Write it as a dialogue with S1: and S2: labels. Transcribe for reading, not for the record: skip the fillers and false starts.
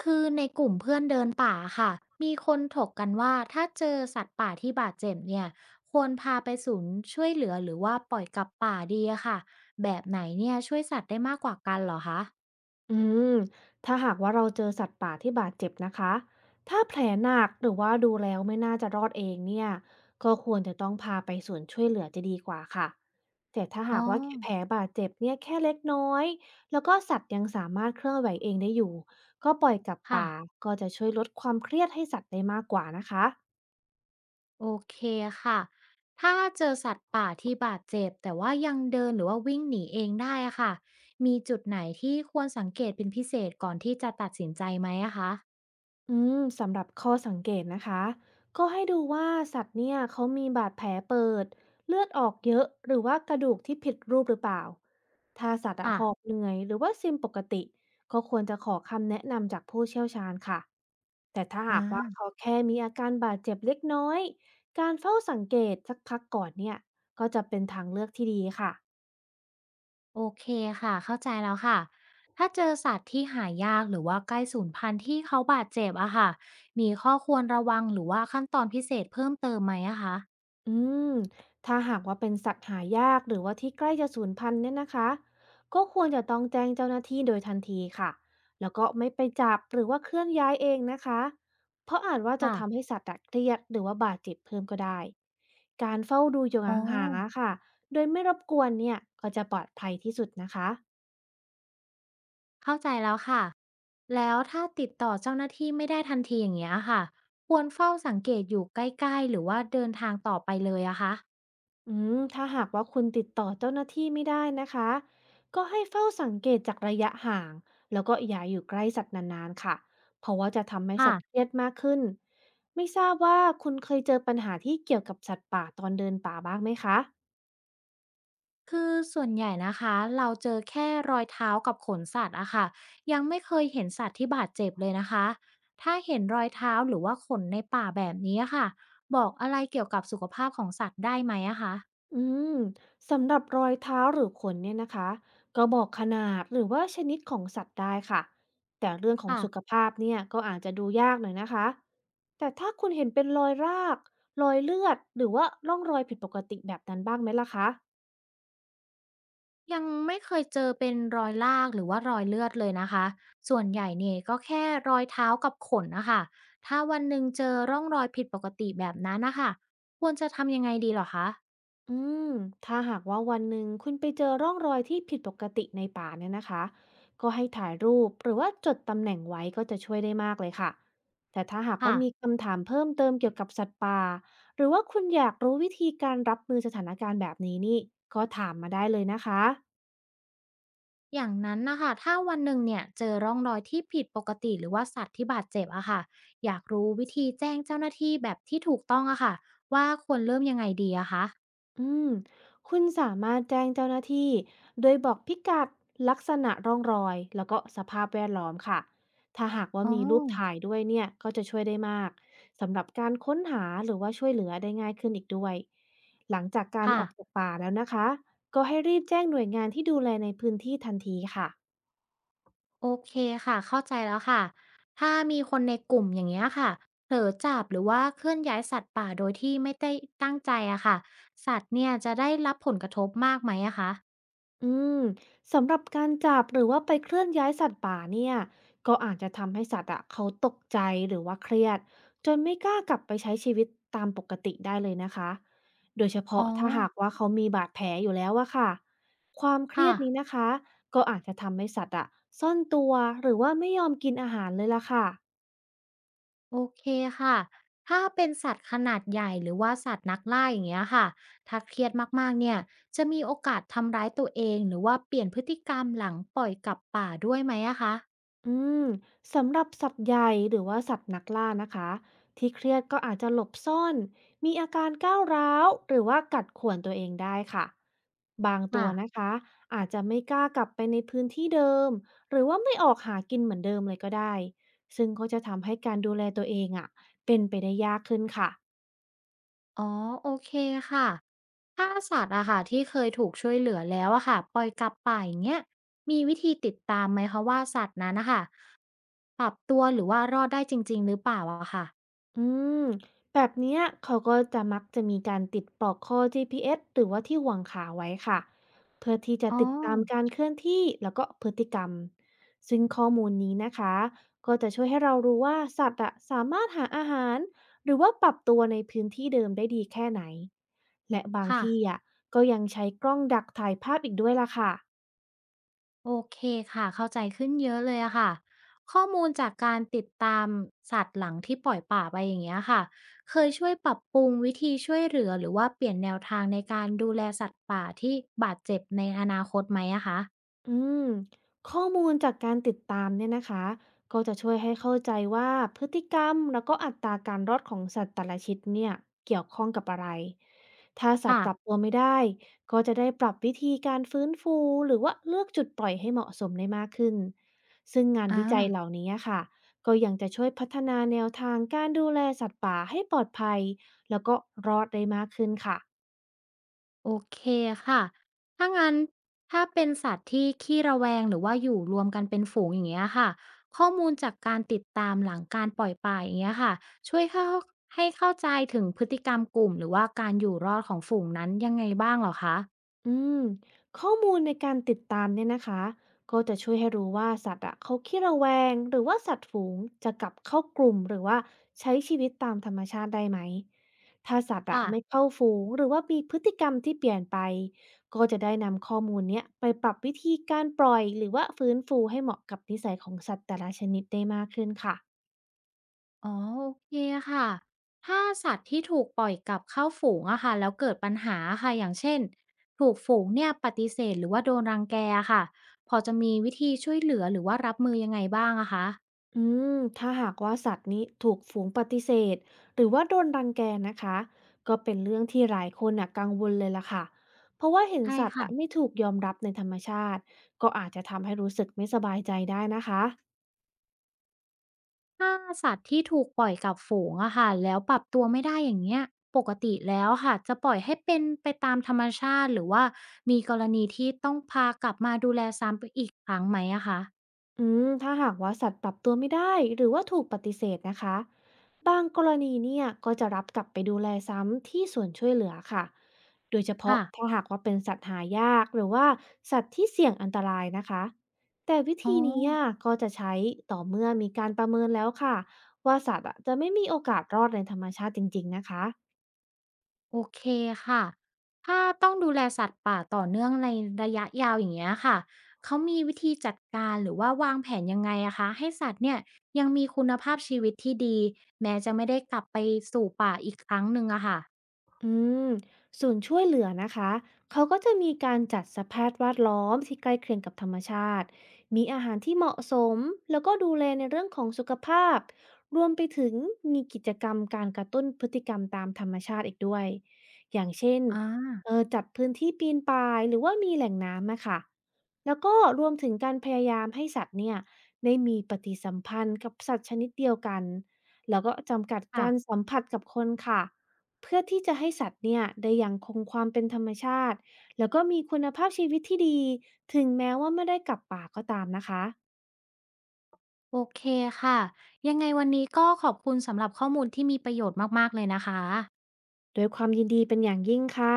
S1: คือในกลุ่มเพื่อนเดินป่าค่ะมีคนถกกันว่าถ้าเจอสัตว์ป่าที่บาดเจ็บเนี่ยควรพาไปศูนย์ช่วยเหลือหรือว่าปล่อยกลับป่าดีอะค่ะแบบไหนเนี่ยช่วยสัตว์ได้มากกว่ากันเหรอคะ
S2: อืมถ้าหากว่าเราเจอสัตว์ป่าที่บาดเจ็บนะคะ ถ้าแผลหนักหรือว่าดูแล้วไม่น่าจะรอดเองเนี่ย ก็ควรจะต้องพาไปศูนย์ช่วยเหลือจะดีกว่าค่ะแต่ถ้า
S1: อ๋
S2: หา
S1: อ
S2: กว่าแผลบาดเจ็บเนี่ยแค่เล็กน้อย แล้วก็สัตว์ยังสามารถเคลื่อนไหวเองได้อยู่ ก็ปล่อยกลับ
S1: ค่ะ
S2: ป่าก็จะช่วยลดความเครียดให้สัตว์ได้มากกว่านะคะ
S1: โอเคค่ะถ้าเจอสัตว์ป่าที่บาดเจ็บแต่ว่ายังเดินหรือว่าวิ่งหนีเองได้อะค่ะมีจุดไหนที่ควรสังเกตเป็นพิเศษก่อนที่จะตัดสินใจไหมอะคะ
S2: อืมสำหรับข้อสังเกตนะคะก็ให้ดูว่าสัตว์เนี่ยเขามีบาดแผลเปิดเลือดออกเยอะหรือว่ากระดูกที่ผิดรูปหรือเปล่าถ้าสัตว์อะ
S1: ค่ะ
S2: หอบเหนื่อยหรือว่าซึมปกติก็ควรจะขอคำแนะนำจากผู้เชี่ยวชาญค่ะแต่ถ้า
S1: อ่
S2: หากว่าเขา
S1: า
S2: แค่มีอาการบาดเจ็บเล็กน้อยการเฝ้าสังเกตสักพักก่อนเนี่ยก็จะเป็นทางเลือกที่ดีค่ะ
S1: โอเคค่ะเข้าใจแล้วค่ะถ้าเจอสัตว์ที่หายากหรือว่าใกล้สูญพันธุ์ที่เขาบาดเจ็บอะค่ะมีข้อควรระวังหรือว่าขั้นตอนพิเศษเพิ่มเติมไหมอะคะ
S2: อืมถ้าหากว่าเป็นสัตว์หายากหรือว่าที่ใกล้จะสูญพันธุ์เนี่ยนะคะก็ควรจะต้องแจ้งเจ้าหน้าที่โดยทันทีค่ะแล้วก็ไม่ไปจับหรือว่าเคลื่อนย้ายเองนะคะเพราะอาจว่าจะ
S1: ค่ะ
S2: ทำให้สัตว์อะเครียดหรือว่าบาดเจ็บเพิ่มก็ได้การเฝ้าดูอยู่ห
S1: อ๋อ
S2: ่างๆอะค่ะโดยไม่รบกวนเนี่ยก็จะปลอดภัยที่สุดนะคะ
S1: เข้าใจแล้วค่ะแล้วถ้าติดต่อเจ้าหน้าที่ไม่ได้ทันทีอย่างเงี้ยค่ะควรเฝ้าสังเกตอยู่ใกล้ๆหรือว่าเดินทางต่อไปเลยอะคะ
S2: ถ้าหากว่าคุณติดต่อเจ้าหน้าที่ไม่ได้นะคะก็ให้เฝ้าสังเกตจากระยะห่างแล้วก็อย่าอยู่ใกล้สัตว์นานๆค่ะเพราะว่าจะทำให้สั
S1: ค่ะ
S2: ตว์เครียดมากขึ้นไม่ทราบว่าคุณเคยเจอปัญหาที่เกี่ยวกับสัตว์ป่าตอนเดินป่าบ้างไหมคะ
S1: คือส่วนใหญ่นะคะเราเจอแค่รอยเท้ากับขนสัตว์อะค่ะยังไม่เคยเห็นสัตว์ที่บาดเจ็บเลยนะคะถ้าเห็นรอยเท้าหรือว่าขนในป่าแบบนี้อะค่ะบอกอะไรเกี่ยวกับสุขภาพของสัตว์ได้ไหมอะคะ
S2: อืมสำหรับรอยเท้าหรือขนเนี่ยนะคะก็บอกขนาดหรือว่าชนิดของสัตว์ได้ค่ะแต่เรื่องของ
S1: ค่ะ
S2: สุขภาพเนี่ยก็อาจจะดูยากหน่อยนะคะแต่ถ้าคุณเห็นเป็นรอยรากรอยเลือดหรือว่าร่องรอยผิดปกติแบบนั้นบ้างไหมล่ะคะ
S1: ยังไม่เคยเจอเป็นรอยลากหรือว่ารอยเลือดเลยนะคะส่วนใหญ่เนี่ยก็แค่รอยเท้ากับขนนะคะถ้าวันหนึ่งเจอร่องรอยผิดปกติแบบนั้นนะคะควรจะทำยังไงดีเหรอคะ
S2: อืมถ้าหากว่าวันหนึ่งคุณไปเจอร่องรอยที่ผิดปกติในป่าเนี่ยนะคะก็ให้ถ่ายรูปหรือว่าจดตำแหน่งไว้ก็จะช่วยได้มากเลยค่ะแต่ถ้าหากว่ามี
S1: ค่ะ
S2: คำถามเพิ่มเติมเกี่ยวกับสัตว์ป่าหรือว่าคุณอยากรู้วิธีการรับมือสถานการณ์แบบนี้นี่ก็ถามมาได้เลยนะคะ
S1: อย่างนั้นนะคะถ้าวันหนึ่งเนี่ยเจอร่องรอยที่ผิดปกติหรือว่าสัตว์ที่บาดเจ็บอะค่ะอยากรู้วิธีแจ้งเจ้าหน้าที่แบบที่ถูกต้องอะค่ะว่าควรเริ่มยังไงดีอะคะ
S2: อืมคุณสามารถแจ้งเจ้าหน้าที่โดยบอกพิกัดลักษณะร่องรอยแล้วก็สภาพแวดล้อมค่ะถ้าหากว่า
S1: อ๋อ
S2: มีรูปถ่ายด้วยเนี่ยก็จะช่วยได้มากสำหรับการค้นหาหรือว่าช่วยเหลือได้ง่ายขึ้นอีกด้วยหลังจากการ
S1: ค่ะ
S2: ออกจากป่าแล้วนะคะก็ให้รีบแจ้งหน่วยงานที่ดูแลในพื้นที่ทันทีค่ะ
S1: โอเคค่ะเข้าใจแล้วค่ะถ้ามีคนในกลุ่มอย่างเงี้ยค่ะเผลอจับหรือว่าเคลื่อนย้ายสัตว์ป่าโดยที่ไม่ได้ตั้งใจอะค่ะสัตว์เนี่ยจะได้รับผลกระทบมากไหมอะคะ
S2: อืมสำหรับการจับหรือว่าไปเคลื่อนย้ายสัตว์ป่าเนี่ยก็อาจจะทำให้สัตว์อะเขาตกใจหรือว่าเครียดจนไม่กล้ากลับไปใช้ชีวิตตามปกติได้เลยนะคะโดยเฉ
S1: อ๋
S2: พาะ
S1: อ
S2: ถ้าหากว่าเขามีบาดแผลอยู่แล้วอะค่ะความเครี
S1: ค่ะ
S2: ยดนี้นะคะก็อาจจะทำให้สัตว์อะซ่อนตัวหรือว่าไม่ยอมกินอาหารเลยล่ะค่ะ
S1: โอเคค่ะถ้าเป็นสัตว์ขนาดใหญ่หรือว่าสัตว์นักล่าอย่างเงี้ยค่ะถ้าเครียดมากๆเนี่ยจะมีโอกาสทำร้ายตัวเองหรือว่าเปลี่ยนพฤติกรรมหลังปล่อยกลับป่าด้วยไหมอะคะ
S2: อืมสำหรับสัตว์ใหญ่หรือว่าสัตว์นักล่านะคะที่เครียดก็อาจจะหลบซ่อนมีอาการก้าวร้าวหรือว่ากัดข่วนตัวเองได้ค่ะบางตัว
S1: ค่ะ
S2: นะคะอาจจะไม่กล้ากลับไปในพื้นที่เดิมหรือว่าไม่ออกหากินเหมือนเดิมเลยก็ได้ซึ่งก็จะทำให้การดูแลตัวเองอ่ะเป็นไปได้ยากขึ้นค่ะ
S1: อ๋อโอเคค่ะ ถ้าสัตว์อะค่ะที่เคยถูกช่วยเหลือแล้วอะค่ะปล่อยกลับป่าอย่างเงี้ยมีวิธีติดตามไหมคะว่าสัตว์นั้นนะคะปรับตัวหรือว่ารอดได้จริงๆหรือเปล่าอะค่ะ
S2: อืมแบบเนี้ยเขาก็จะมักจะมีการติดปลอกคอ GPS หรือว่าที่ห่วงขาไว้ค่ะเพื่อที่จะ
S1: อ๋อ
S2: ติดตามการเคลื่อนที่แล้วก็พฤติกรรมซึ่งข้อมูลนี้นะคะก็จะช่วยให้เรารู้ว่าสัตว์อะสามารถหาอาหารหรือว่าปรับตัวในพื้นที่เดิมได้ดีแค่ไหนและบาง
S1: ค่ะ
S2: ที่อะก็ยังใช้กล้องดักถ่ายภาพอีกด้วยล่ะค่ะ
S1: โอเคค่ะเข้าใจขึ้นเยอะเลยอะค่ะข้อมูลจากการติดตามสัตว์หลังที่ปล่อยป่าไปอย่างเงี้ยค่ะเคยช่วยปรับปรุงวิธีช่วยเหลือหรือว่าเปลี่ยนแนวทางในการดูแลสัตว์ป่าที่บาดเจ็บในอนาคตไหมอะคะ
S2: อืมข้อมูลจากการติดตามเนี่ยนะคะก็จะช่วยให้เข้าใจว่าพฤติกรรมแล้วก็อัตราการรอดของสัตว์แต่ละชนิดเนี่ยเกี่ยวข้องกับอะไรถ้าสัต
S1: ค่ะ
S2: ว์ปรับตัวไม่ได้ก็จะได้ปรับวิธีการฟื้นฟูหรือว่าเลือกจุดปล่อยให้เหมาะสมได้มากขึ้นซึ่งงาน
S1: อ่
S2: วิจัยเหล่า
S1: า
S2: นี้ค่ะก็ยังจะช่วยพัฒนาแนวทางการดูแลสัตว์ป่าให้ปลอดภัยแล้วก็รอดได้มากขึ้นค่ะ
S1: โอเคค่ะถ้างั้นถ้าเป็นสัตว์ที่ขี้ระแวงหรือว่าอยู่รวมกันเป็นฝูงอย่างเงี้ยค่ะข้อมูลจากการติดตามหลังการปล่อยป่าอย่างเงี้ยค่ะช่วยเข้าให้เข้าใจถึงพฤติกรรมกลุ่มหรือว่าการอยู่รอดของฝูงนั้นยังไงบ้างเหรอคะ
S2: อืมข้อมูลในการติดตามเนี่ยนะคะก็จะช่วยให้รู้ว่าสัตว์อะเขาขี้ระแวงหรือว่าสัตว์ฝูงจะกลับเข้ากลุ่มหรือว่าใช้ชีวิตตามธรรมชาติได้ไหมถ้าสัตว์อะไม่
S1: ค่ะ
S2: เข้าฝูงหรือว่ามีพฤติกรรมที่เปลี่ยนไปก็จะได้นำข้อมูลเนี้ยไปปรับวิธีการปล่อยหรือว่าฟื้นฟูให้เหมาะกับนิสัยของสัตว์แต่ละชนิดได้มากขึ้นค่ะ
S1: อ๋อโอเคค่ะถ้าสัตว์ที่ถูกปล่อยกลับเข้าฝูงอะค่ะแล้วเกิดปัญหาค่ะอย่างเช่นถูกฝูงเนี่ยปฏิเสธหรือว่าโดนรังแกอะค่ะพอจะมีวิธีช่วยเหลือหรือว่ารับมือยังไงบ้างอะคะ
S2: อืถ้าหากว่าสัตว์นี้ถูกฝูงปฏิเสธหรือว่าโดนรังแกนะคะก็เป็นเรื่องที่หลายคนน่ะกังวลเลยล่ะค่ะเพราะว่าเห็น
S1: ใช่
S2: สัตว์
S1: ค่ะ
S2: อะไม่ถูกยอมรับในธรรมชาติก็อาจจะทำให้รู้สึกไม่สบายใจได้นะคะ
S1: ถ้าสัตว์ที่ถูกปล่อยกลับฝูงอะค่ะแล้วปรับตัวไม่ได้อย่างเงี้ยปกติแล้วค่ะจะปล่อยให้เป็นไปตามธรรมชาติหรือว่ามีกรณีที่ต้องพากลับมาดูแลซ้ำไปอีกครั้งไหมอะคะ
S2: ถ้าหากว่าสัตว์ปรับตัวไม่ได้หรือว่าถูกปฏิเสธนะคะบางกรณีเนี่ยก็จะรับกลับไปดูแลซ้ำที่ส่วนช่วยเหลือค่ะโดยเฉพาะ
S1: ค่ะ
S2: ถ้าหากว่าเป็นสัตว์หายากหรือว่าสัตว์ที่เสี่ยงอันตรายนะคะแต่วิ
S1: อ๋อ
S2: ธีนี้อะก็จะใช้ต่อเมื่อมีการประเมินแล้วค่ะว่าสัตว์อะจะไม่มีโอกาสรอดในธรรมชาติจริงๆนะคะ
S1: โอเคค่ะถ้าต้องดูแลสัตว์ป่าต่อเนื่องในระยะยาวอย่างเงี้ยค่ะเขามีวิธีจัดการหรือว่าวางแผนยังไงอะคะให้สัตว์เนี่ยยังมีคุณภาพชีวิตที่ดีแม้จะไม่ได้กลับไปสู่ป่าอีกครั้งหนึ่งอะค่ะ
S2: อืมศูนย์ช่วยเหลือนะคะ เขาก็จะมีการจัดสภาพแวดล้อมที่ใกล้เคียงกับธรรมชาติ มีอาหารที่เหมาะสม แล้วก็ดูแลในเรื่องของสุขภาพ รวมไปถึงมีกิจกรรมการกระตุ้นพฤติกรรมตามธรรมชาติอีกด้วยอย่างเช่น
S1: อา
S2: จัดพื้นที่ปีนป่ายหรือว่ามีแหล่งน้ำนะคะแล้วก็รวมถึงการพยายามให้สัตว์เนี่ยได้มีปฏิสัมพันธ์กับสัตว์ชนิดเดียวกันแล้วก็จำกัดการ
S1: ค่ะ
S2: สัมผัสกับคนค่ะ เพื่อที่จะให้สัตว์เนี่ยได้ยังคงความเป็นธรรมชาติแล้วก็มีคุณภาพชีวิตที่ดีถึงแม้ว่าไม่ได้กลับป่าก็ตามนะคะ
S1: โอเคค่ะ ยังไงวันนี้ก็ขอบคุณสำหรับข้อมูลที่มีประโยชน์มากๆเลยนะคะ
S2: ด้วยความยินดีเป็นอย่างยิ่งค่ะ